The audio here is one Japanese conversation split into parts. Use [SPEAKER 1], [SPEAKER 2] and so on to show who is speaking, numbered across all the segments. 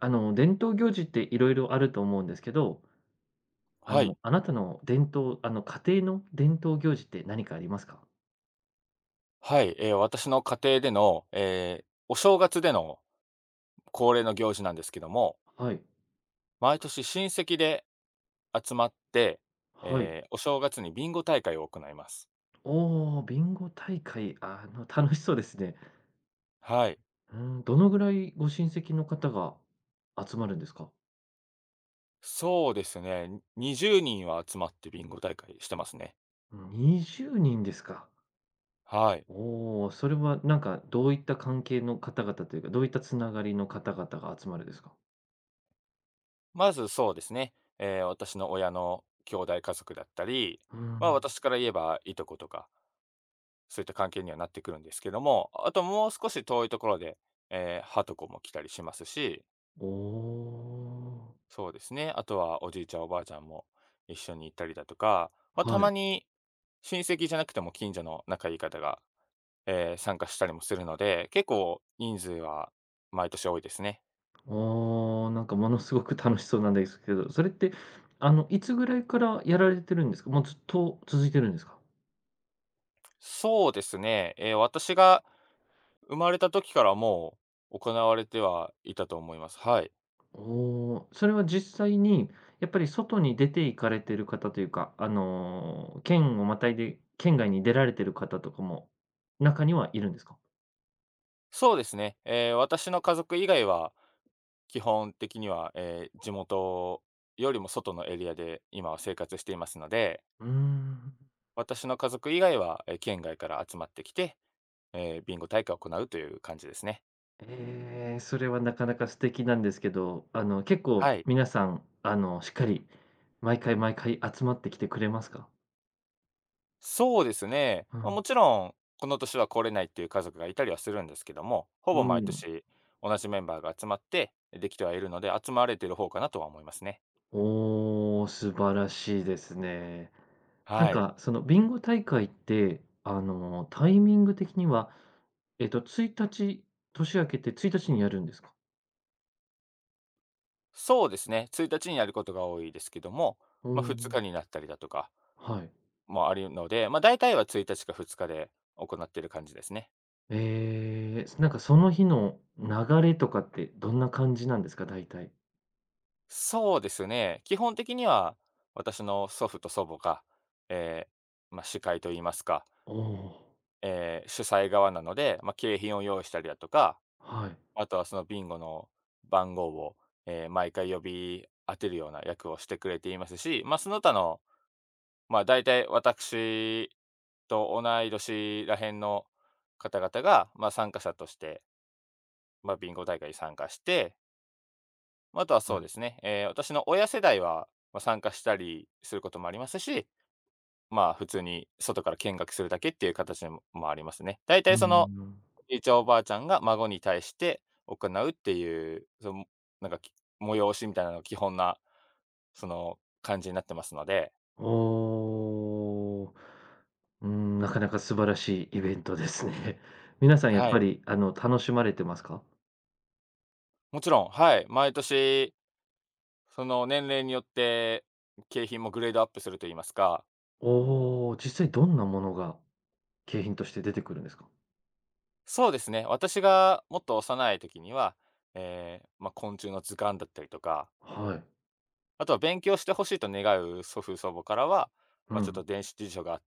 [SPEAKER 1] 伝統行事っていろいろあると思うんですけど、
[SPEAKER 2] はい。
[SPEAKER 1] あなたの伝統家庭の伝統行事って何かありますか？
[SPEAKER 2] はい。私の家庭での、ーお正月での恒例の行事なんですけども、
[SPEAKER 1] はい、
[SPEAKER 2] 毎年親戚で集まって、
[SPEAKER 1] はい。
[SPEAKER 2] お正月にビンゴ大会を行います。
[SPEAKER 1] おお、ビンゴ大会、楽しそうですね。
[SPEAKER 2] はい。
[SPEAKER 1] うん、どのぐらいご親戚の方が集まるんですか？
[SPEAKER 2] そうですね。20人は集まってビンゴ大会してますね。
[SPEAKER 1] にじゅうにん、20人ですか。
[SPEAKER 2] はい。
[SPEAKER 1] おお、それはなんかどういった関係の方々というか、どういったつながりの方々が集まるですか？
[SPEAKER 2] まずそうですね、私の親の兄弟家族だったり、
[SPEAKER 1] うー
[SPEAKER 2] まあ、
[SPEAKER 1] ん、
[SPEAKER 2] 私から言えばいとことか、そういった関係にはなってくるんですけども、あともう少し遠いところで、はとこも来たりしますし。
[SPEAKER 1] おお、
[SPEAKER 2] そうですね。あとはおじいちゃん、おばあちゃんも一緒に行ったりだとか、まあ、た
[SPEAKER 1] は
[SPEAKER 2] ま
[SPEAKER 1] い。
[SPEAKER 2] に親戚じゃなくても近所の仲いい方が、参加したりもするので、結構人数は毎年多いですね。
[SPEAKER 1] ああ、なんかものすごく楽しそうなんですけど、それって、いつぐらいからやられてるんですか？もうずっと続いてるんですか？
[SPEAKER 2] そうですね。私が生まれた時からもう行われてはいたと思います。はい。
[SPEAKER 1] おお、それは実際にやっぱり外に出て行かれてる方というか、県をまたいで県外に出られてる方とかも、中にはいるんですか？
[SPEAKER 2] そうですね。私の家族以外は基本的には、地元よりも外のエリアで今は生活していますので、
[SPEAKER 1] うーん。
[SPEAKER 2] 私の家族以外は、県外から集まってきて、ビンゴ大会を行うという感じですね。
[SPEAKER 1] それはなかなか素敵なんですけど、結構
[SPEAKER 2] はい。
[SPEAKER 1] 皆さん、しっかり毎回毎回集まってきてくれますか？
[SPEAKER 2] そうですね。
[SPEAKER 1] う
[SPEAKER 2] まあ、
[SPEAKER 1] ん。
[SPEAKER 2] もちろん、この年は来れないっていう家族がいたりはするんですけども、ほ
[SPEAKER 1] う
[SPEAKER 2] ぼ毎
[SPEAKER 1] ん。
[SPEAKER 2] 年同じメンバーが集まってできてはいるので、集まれてる方かなとは思いますね。
[SPEAKER 1] おー、素晴らしいですね。なん
[SPEAKER 2] はい。
[SPEAKER 1] か、そのビンゴ大会って、タイミング的には、1日、年明けて1日にやるんですか？
[SPEAKER 2] そうですね、1日にやることが多いですけども、
[SPEAKER 1] お
[SPEAKER 2] まあ、2
[SPEAKER 1] ー、
[SPEAKER 2] 日になったりだとか
[SPEAKER 1] はい。
[SPEAKER 2] もあるので、まあ、大体は1日か2日で行っている感じですね。
[SPEAKER 1] なんかその日の流れとかってどんな感じなんですか？大体。
[SPEAKER 2] そうですね。基本的には、私の祖父と祖母が、えまあ、司会といいますか、
[SPEAKER 1] おお、
[SPEAKER 2] 主催側なので、まあ、景品を用意したりだとか、
[SPEAKER 1] はい、
[SPEAKER 2] あとはそのビンゴの番号を、毎回呼び当てるような役をしてくれていますし、まあ、その他の、まあ、大体私と同い年らへんの方々が、まあ、参加者としてまあ、ビンゴ大会に参加して、まあ、あとは
[SPEAKER 1] は
[SPEAKER 2] そうです
[SPEAKER 1] い。
[SPEAKER 2] ね、私の親世代は、参加したりすることもありますし、まあ、普通に外から見学するだけっていう形でももありますね。だいた
[SPEAKER 1] う
[SPEAKER 2] い
[SPEAKER 1] ー
[SPEAKER 2] その、
[SPEAKER 1] ん。
[SPEAKER 2] じいちゃんおばあちゃんが孫に対して行うっていう、その、なんか、催しみたいなのが基本な、その、感じになってますので。
[SPEAKER 1] おー、うん、なかなか素晴らしいイベントですね。皆さんやっ
[SPEAKER 2] は
[SPEAKER 1] ぱ
[SPEAKER 2] い。
[SPEAKER 1] り、楽しまれてますか？
[SPEAKER 2] もちろん、はい、毎年、その、年齢によって景品もグレードアップすると言いますか。
[SPEAKER 1] おお、実際どんなものが景品として出てくるんですか？
[SPEAKER 2] そうですね。私がもっと幼い時には、まあ、昆虫の図鑑だったりとか、
[SPEAKER 1] はい。
[SPEAKER 2] あとは勉強してほしいと願う祖父祖母からは、
[SPEAKER 1] う
[SPEAKER 2] まあ、ちょっ
[SPEAKER 1] ん。
[SPEAKER 2] と電子辞書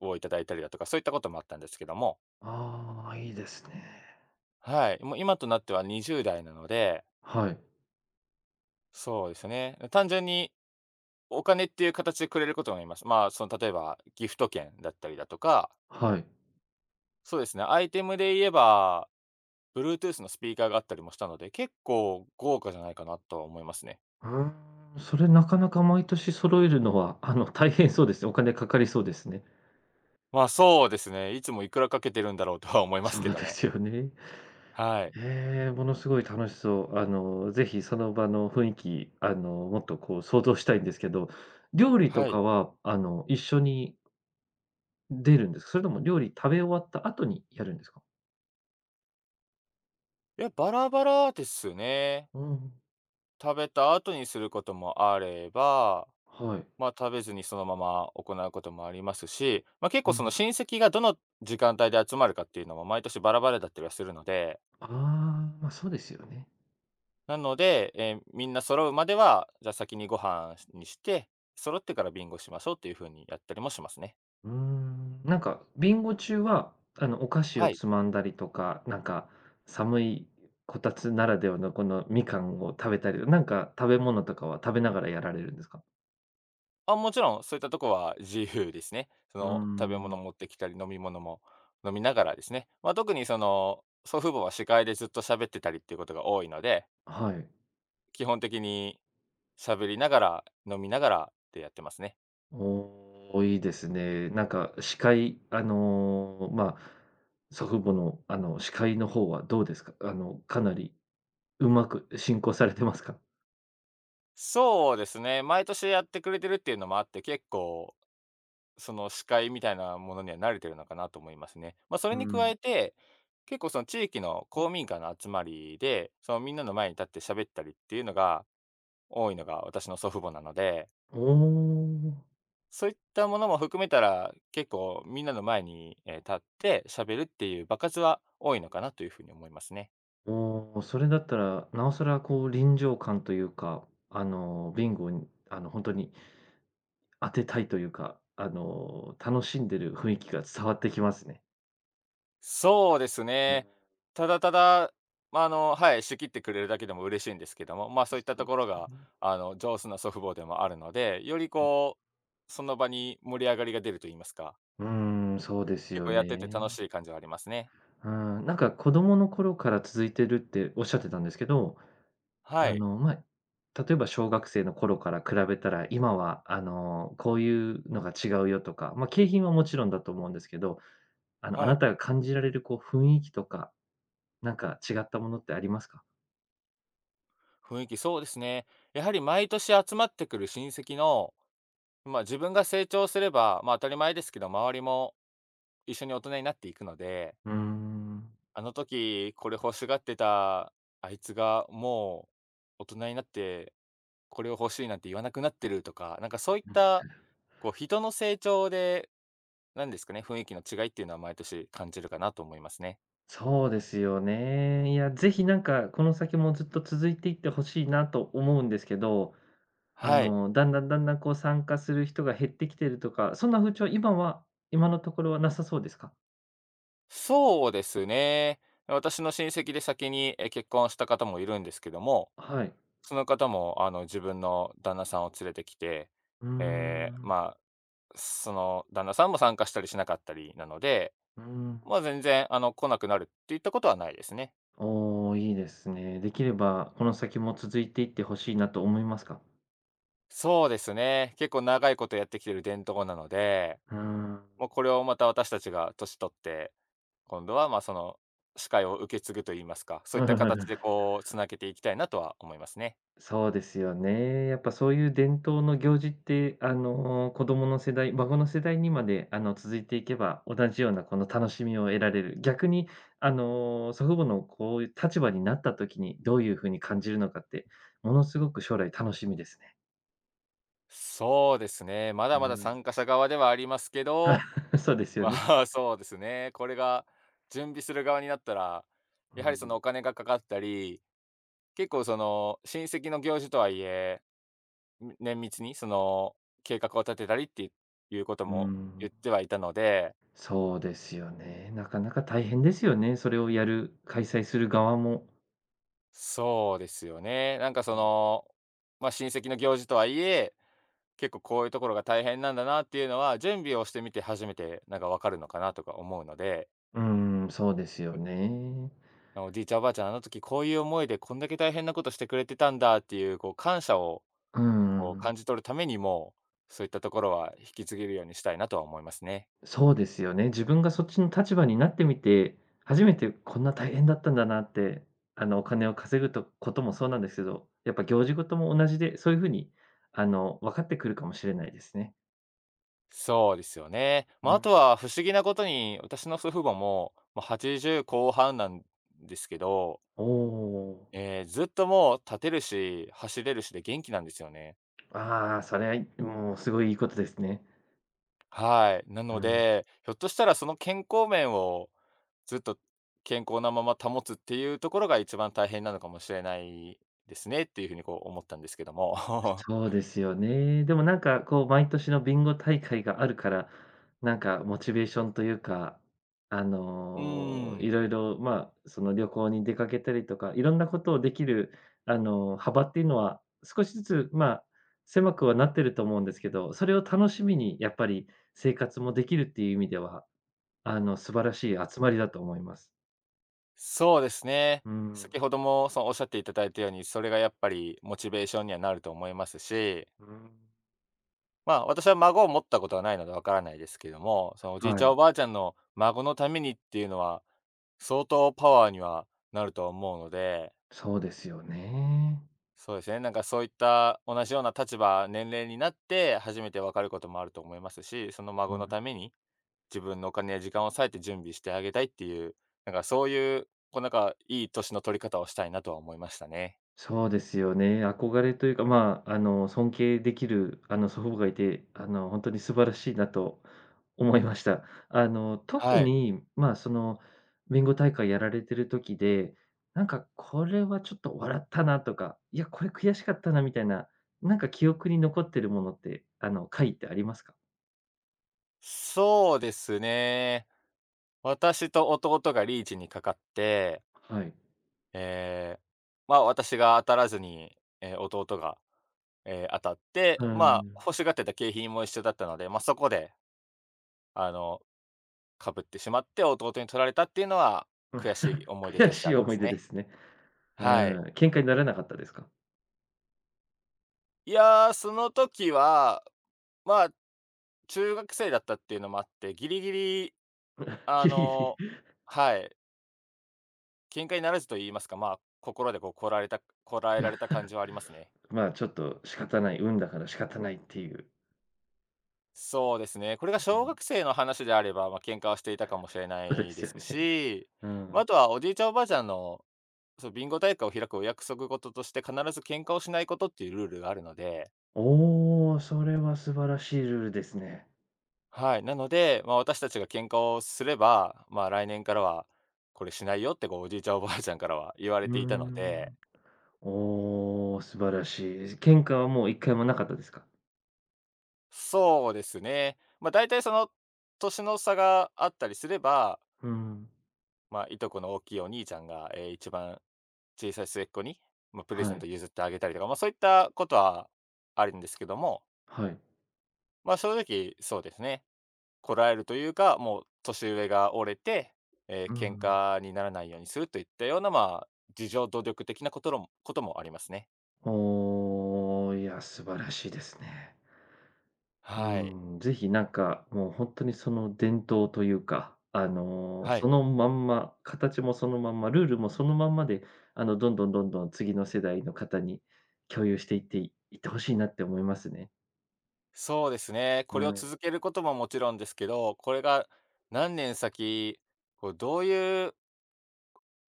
[SPEAKER 2] をいただいたりだとか、そういったこともあったんですけども、
[SPEAKER 1] ああ、いいですね。
[SPEAKER 2] はい、もう今となっては20代なので、
[SPEAKER 1] はい、
[SPEAKER 2] そうですね、単純にお金っていう形でくれることもあります。まあ、その例えばギフト券だったりだとか、
[SPEAKER 1] はい。
[SPEAKER 2] そうですね、アイテムで言えば、Bluetooth のスピーカーがあったりもしたので、結構豪華じゃないかなとは思いますね。
[SPEAKER 1] うーん、それなかなか毎年揃えるのは、大変そうですね。お金かかりそうですね。
[SPEAKER 2] そうですね。いつもいくらかけてるんだろうとは思います
[SPEAKER 1] そ
[SPEAKER 2] け
[SPEAKER 1] う
[SPEAKER 2] ど
[SPEAKER 1] で
[SPEAKER 2] ね。
[SPEAKER 1] すよね。
[SPEAKER 2] はい。
[SPEAKER 1] ええ、ものすごい楽しそう。ぜひその場の雰囲気、もっとこう想像したいんですけど、料理と
[SPEAKER 2] はい。
[SPEAKER 1] かは、一緒に出るんですか？それとも料理食べ終わった後にやるんですか？
[SPEAKER 2] いや、バラバラですね。
[SPEAKER 1] うん。
[SPEAKER 2] 食べた後にすることもあれば、
[SPEAKER 1] はい。
[SPEAKER 2] 食べずにそのまま行うこともありますし、ま結
[SPEAKER 1] う
[SPEAKER 2] 構その
[SPEAKER 1] ん。
[SPEAKER 2] 親戚がどの時間帯で集まるかっていうのも毎年バラバラだったりはするので、
[SPEAKER 1] ああ、ま、そうですよね。
[SPEAKER 2] なので、みんな揃うまでは、じゃあ先にご飯にして、揃ってからビンゴしましょうっていう風にやったりもしますね。
[SPEAKER 1] うーん、なんか、ビンゴ中は、お菓子を
[SPEAKER 2] はい。
[SPEAKER 1] つまんだりとか、なんか、寒いこたつならではのこのみかんを食べたり、なんか食べ物とかは食べながらやられるんですか？
[SPEAKER 2] あ、もちろん、そういったとこは自由ですね。そ
[SPEAKER 1] うー
[SPEAKER 2] の、食べ物
[SPEAKER 1] ん、
[SPEAKER 2] 持ってきたり、飲み物も飲みながらですね。まあ、特にその、祖父母は司会でずっと喋ってたりっていうことが多いので、
[SPEAKER 1] はい。
[SPEAKER 2] 基本的に喋りながら、飲みながらでやってますね。
[SPEAKER 1] おー、いいですね。なんか、司会、まあ、祖父母の、司会の方はどうですか？かなりうまく進行されてますか？
[SPEAKER 2] そうですね、毎年やってくれてるっていうのもあって、結構、その、司会みたいなものには慣れてるのかなと思いますね。まあ、それ
[SPEAKER 1] う
[SPEAKER 2] に加
[SPEAKER 1] ん。
[SPEAKER 2] えて、結構その地域の公民館の集まりで、そのみんなの前に立って喋ったりっていうのが多いのが私の祖父母なので、
[SPEAKER 1] おお。
[SPEAKER 2] そういったものも含めたら、結構みんなの前に、立って喋るっていう場数は多いのかなというふうに思いますね。
[SPEAKER 1] おー、それだったら、なおさらこう臨場感というか、ビンゴに、本当に当てたいというか、楽しんでる雰囲気が伝わってきますね。
[SPEAKER 2] そうです
[SPEAKER 1] うん、そう
[SPEAKER 2] ね。ただただ、はい、仕切ってくれるだけでも嬉しいんですけども、まそ
[SPEAKER 1] で
[SPEAKER 2] ういっ
[SPEAKER 1] す
[SPEAKER 2] た
[SPEAKER 1] よ
[SPEAKER 2] ところが、
[SPEAKER 1] ね。
[SPEAKER 2] あの、上手な祖父母でもあるので、より
[SPEAKER 1] うん。
[SPEAKER 2] こう、その場に盛り上がりが出ると言いますか、
[SPEAKER 1] うーん、そうです
[SPEAKER 2] 結
[SPEAKER 1] よ
[SPEAKER 2] 構やってて
[SPEAKER 1] ね。
[SPEAKER 2] 楽しい感じはありますね。
[SPEAKER 1] うん、なんか子供の頃から続いてるっておっしゃってたんですけど、
[SPEAKER 2] はい、
[SPEAKER 1] まあ、例えば小学生の頃から比べたら、今はこういうのが違うよとか、まあ、景品はもちろんだと思うんですけど、あ
[SPEAKER 2] は
[SPEAKER 1] な
[SPEAKER 2] い。
[SPEAKER 1] たが感じられるこう雰囲気とか、なんか違ったものってありますか？
[SPEAKER 2] 雰囲気そうですね。やはり毎年集まってくる親戚の、まあ、自分が成長すれば、まあ、当たり前ですけど、周りも一緒に大人になっていくので、
[SPEAKER 1] うーん、
[SPEAKER 2] あの時これ欲しがってたあいつがもう大人になってこれを欲しいなんて言わなくなってるとか、なんかそういった、こう人の成長で、なんですかね、雰囲気の違いっていうのは毎年感じるかなと思いますね。
[SPEAKER 1] そうですよね。いや、ぜひなんか、この先もずっと続いていってほしいなと思うんですけど、
[SPEAKER 2] はい。
[SPEAKER 1] だんだんだんだんこう参加する人が減ってきてるとか、そんな風潮、今のところはなさそうですか？
[SPEAKER 2] そうですね。私の親戚で先に結婚した方もいるんですけども、
[SPEAKER 1] はい。
[SPEAKER 2] その方も、あの、自分の旦那さんを連れてきて、
[SPEAKER 1] うーん、
[SPEAKER 2] まあ、その旦那さんも参加したりしなかったりなので、
[SPEAKER 1] うーん。
[SPEAKER 2] まあ、全然、あの、来なくなるっていったことはないですね。
[SPEAKER 1] おお、いいですね。できればこの先も続いていってほしいなと思いますか？
[SPEAKER 2] そうですね。結構長いことやってきてる伝統なので、
[SPEAKER 1] うー
[SPEAKER 2] も
[SPEAKER 1] ん。
[SPEAKER 2] うこれをまた私たちが年取って、今度は、まあ、その、司会を受け継ぐと言いますか、そういった形で こうつなげていきたいなとは思いますね。
[SPEAKER 1] そうですよね。やっぱそういう伝統の行事って、子供の世代、孫の世代にまで、続いていけば、同じようなこの楽しみを得られる。逆に、祖父母のこういう立場になった時に、どういう風に感じるのかって、ものすごく将来楽しみですね。
[SPEAKER 2] そうですね。まだ
[SPEAKER 1] う
[SPEAKER 2] まだ
[SPEAKER 1] ん。
[SPEAKER 2] 参加者側ではありますけど、
[SPEAKER 1] そうですよ
[SPEAKER 2] ま
[SPEAKER 1] ね。
[SPEAKER 2] あ、そうですね。これが準備する側になったら、
[SPEAKER 1] う
[SPEAKER 2] やはりその
[SPEAKER 1] ん。
[SPEAKER 2] お金がかかったり、結構その親戚の行事とはいえ、綿密にその計画を立てたりっていうこと
[SPEAKER 1] う
[SPEAKER 2] も言
[SPEAKER 1] ん、
[SPEAKER 2] ってはいたので、
[SPEAKER 1] そうですよね。なかなか大変ですよね。それをやる、開催する側も。
[SPEAKER 2] そうですよね。なんかそ
[SPEAKER 1] うん。
[SPEAKER 2] の、まあ、親戚の行事とはいえ、結構こういうところが大変なんだなっていうのは、準備をしてみて初めてなんかわかるのかなとか思うので、
[SPEAKER 1] そうですよね。
[SPEAKER 2] おじいちゃんおばあちゃんあの時こういう思いでこんだけ大変なことしてくれてたんだっていうこう感謝を
[SPEAKER 1] う
[SPEAKER 2] こう
[SPEAKER 1] ん。
[SPEAKER 2] 感じ取るためにも、そういったところは引き継げるようにしたいなとは思いますね。
[SPEAKER 1] そうですよね。自分がそっちの立場になってみて、初めてこんな大変だったんだなって、お金を稼ぐとこともそうなんですけど、やっぱ行事事も同じで、そういう風に、分かってくるかもしれないですね。
[SPEAKER 2] そうですよね。
[SPEAKER 1] う
[SPEAKER 2] まあ、あ
[SPEAKER 1] ん。
[SPEAKER 2] とは不思議なことに、私の祖父母も、まあ、80後半なんですけど、
[SPEAKER 1] おお。
[SPEAKER 2] ずっともう立てるし、走れるしで元気なんですよね。
[SPEAKER 1] ああ、それはもうすごいいいことですね。
[SPEAKER 2] はい。な
[SPEAKER 1] う
[SPEAKER 2] の
[SPEAKER 1] ん。
[SPEAKER 2] で、ひょっとしたらその健康面をずっと健康なまま保つっていうところが一番大変なのかもしれないですねっていうふうにこう思ったんですけども。
[SPEAKER 1] そうですよね。でもなんかこう毎年のビンゴ大会があるから、なんかモチベーションというか、
[SPEAKER 2] うーん。
[SPEAKER 1] いろいろ、まあ、その旅行に出かけたりとか、いろんなことをできる、幅っていうのは少しずつ、まあ、狭くはなってると思うんですけど、それを楽しみにやっぱり生活もできるっていう意味では、素晴らしい集まりだと思います。
[SPEAKER 2] そうですね。
[SPEAKER 1] う
[SPEAKER 2] 先
[SPEAKER 1] ん。
[SPEAKER 2] ほどもそのおっしゃっていただいたように、それがやっぱりモチベーションにはなると思いますし、
[SPEAKER 1] うん。
[SPEAKER 2] まあ、私は孫を持ったことはないのでわからないですけども、そのおじいち
[SPEAKER 1] は
[SPEAKER 2] ゃん
[SPEAKER 1] い、
[SPEAKER 2] おばあちゃんの孫のためにっていうのは、相当パワーにはなると思うので、
[SPEAKER 1] そうですよね。
[SPEAKER 2] そうですね、なんかそういった同じような立場、年齢になって初めてわかることもあると思いますし、その
[SPEAKER 1] う
[SPEAKER 2] 孫
[SPEAKER 1] ん。
[SPEAKER 2] のために自分のお金や時間を割いて準備してあげたいっていう、なんかそういう、こうなんかいい年の取り方をしたいなとは思いましたね。
[SPEAKER 1] そうですよね。憧れというか、まあ、尊敬できる、祖父母がいて、本当に素晴らしいなと思いました。
[SPEAKER 2] は
[SPEAKER 1] 特
[SPEAKER 2] い。
[SPEAKER 1] に、まあ、その、ビン大会やられてる時で、なんかこれはちょっと笑ったなとか、いや、これ悔しかったなみたいな、なんか記憶に残ってるものって、回ってありますか？
[SPEAKER 2] そうですね。私と弟がリーチにかかって、
[SPEAKER 1] はい。
[SPEAKER 2] ええ、まあ、私が当たらずに、え、弟が、当たって、
[SPEAKER 1] う
[SPEAKER 2] まあ、
[SPEAKER 1] ん。
[SPEAKER 2] 欲しがってた景品も一緒だったので、ま、そこで、あの、かぶってしまって弟に取られたっていうのは、悔しい 思い出
[SPEAKER 1] 悔
[SPEAKER 2] とし
[SPEAKER 1] し
[SPEAKER 2] てあ
[SPEAKER 1] い
[SPEAKER 2] りま
[SPEAKER 1] 思い
[SPEAKER 2] す
[SPEAKER 1] 出で
[SPEAKER 2] ね。
[SPEAKER 1] すね。う
[SPEAKER 2] はい。
[SPEAKER 1] ん。喧嘩にならなかったですか？
[SPEAKER 2] いやー、その時は、まあ、中学生だったっていうのもあって、ギリギリ、あ
[SPEAKER 1] ギリギ
[SPEAKER 2] の
[SPEAKER 1] リ、
[SPEAKER 2] はい。喧嘩にならずと言いますか、まあ、心でこう、こらえられた感じはありますね。
[SPEAKER 1] まあ、ちょっと仕方ない、運だから仕方ないっていう。
[SPEAKER 2] そうですね。これが
[SPEAKER 1] う
[SPEAKER 2] 小
[SPEAKER 1] ん、
[SPEAKER 2] 学生の話であれば、まあ、喧嘩はしていたかもしれな
[SPEAKER 1] そうで
[SPEAKER 2] いで
[SPEAKER 1] すよ
[SPEAKER 2] す
[SPEAKER 1] ね。
[SPEAKER 2] し、
[SPEAKER 1] う
[SPEAKER 2] まあ、
[SPEAKER 1] ん。
[SPEAKER 2] あとはおじいちゃん、おばあちゃんの、そう、ビンゴ大会を開くお約束事として必ず喧嘩をしないことっていうルールがあるので、
[SPEAKER 1] おお、それは素晴らしいルールですね。
[SPEAKER 2] はい、なので、まあ、私たちが喧嘩をすれば、まあ、来年からはこれしないよってこう、おじいちゃん、おばあちゃんからは言わ
[SPEAKER 1] う
[SPEAKER 2] れて
[SPEAKER 1] ー
[SPEAKER 2] いたので、
[SPEAKER 1] ん。おお、素晴らしい。喧嘩はもう一回もなかったですか？
[SPEAKER 2] そうですね。まあ、大体その、年の差があったりすれば、
[SPEAKER 1] うん。
[SPEAKER 2] まあ、いとこの大きいお兄ちゃんが、一番小さい末っ子に、まあ、プレゼ
[SPEAKER 1] は
[SPEAKER 2] ント
[SPEAKER 1] い、
[SPEAKER 2] 譲ってあげたりとか、まあ、そういったことはあるんですけども、
[SPEAKER 1] はい。
[SPEAKER 2] まあ、正直そうですね、こらえるというか、もう年上が折れて、
[SPEAKER 1] う
[SPEAKER 2] 喧
[SPEAKER 1] ん。
[SPEAKER 2] 嘩にならないようにするといったような、まあ、自助努力的なこともありますね。
[SPEAKER 1] おお、いや、素晴らしいですね。
[SPEAKER 2] はい。
[SPEAKER 1] うん、ぜひなんか、もう本当にその伝統というか、
[SPEAKER 2] は
[SPEAKER 1] そ
[SPEAKER 2] い。
[SPEAKER 1] のまんま、形もそのまんま、ルールもそのまんまで、どんどんどんどん次の世代の方に共有していっていいってほしいなって思いますね。
[SPEAKER 2] そうですね。
[SPEAKER 1] う
[SPEAKER 2] これを
[SPEAKER 1] ん。
[SPEAKER 2] 続けることももちろんですけど、これが何年先、こうどういう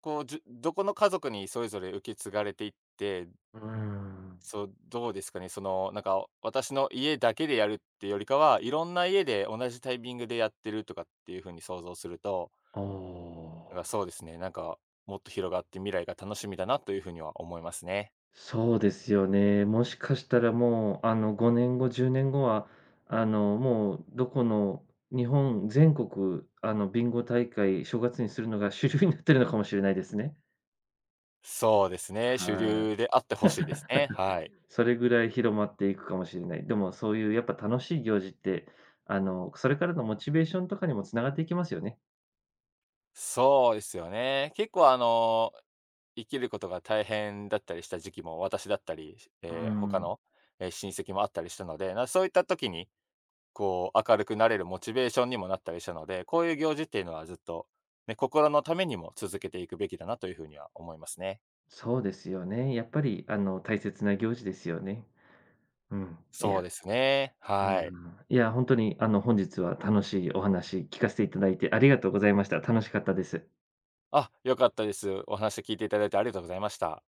[SPEAKER 2] こう、じゅどこの家族にそれぞれ受け継がれていって、
[SPEAKER 1] うん。
[SPEAKER 2] そう、どうですかね、その、なんか、私の家だけでやるってよりかは、いろんな家で同じタイミングでやってるとかっていう風に想像すると、
[SPEAKER 1] あ
[SPEAKER 2] なんか、
[SPEAKER 1] あ、
[SPEAKER 2] そうですね、なんか、もっと広がって未来が楽しみだなという風には思いますね。
[SPEAKER 1] そうですよね。もしかしたらもう、5年後、10年後は、もうどこの日本全国、ビンゴ大会、正月にするのが主流になってるのかもしれないですね。
[SPEAKER 2] そうですね、主
[SPEAKER 1] は
[SPEAKER 2] 流
[SPEAKER 1] い。
[SPEAKER 2] であってほしいですね。はい。
[SPEAKER 1] それぐらい広まっていくかもしれない。でもそういうやっぱ楽しい行事って、それからのモチベーションとかにもつながっていきますよね。
[SPEAKER 2] そうですよね。結構、あの、生きることが大変だったりした時期も私だったり、
[SPEAKER 1] う
[SPEAKER 2] 他
[SPEAKER 1] ん。
[SPEAKER 2] の、え、親戚もあったりしたので、なそういった時にこう、明るくなれるモチベーションにもなったりしたので、こういう行事っていうのはずっと、ね、心のためにも続けていくべきだなというふうには思いますね。
[SPEAKER 1] そうですよね。やっぱり大切な行事ですよね。うん。い
[SPEAKER 2] そ
[SPEAKER 1] や、
[SPEAKER 2] うですね。
[SPEAKER 1] う
[SPEAKER 2] はい。
[SPEAKER 1] ん、いや、本当に本日は楽しいお話聞かせていただいてありがとうございました。楽しかったです。
[SPEAKER 2] あ、良かったです。お話聞いていただいてありがとうございました。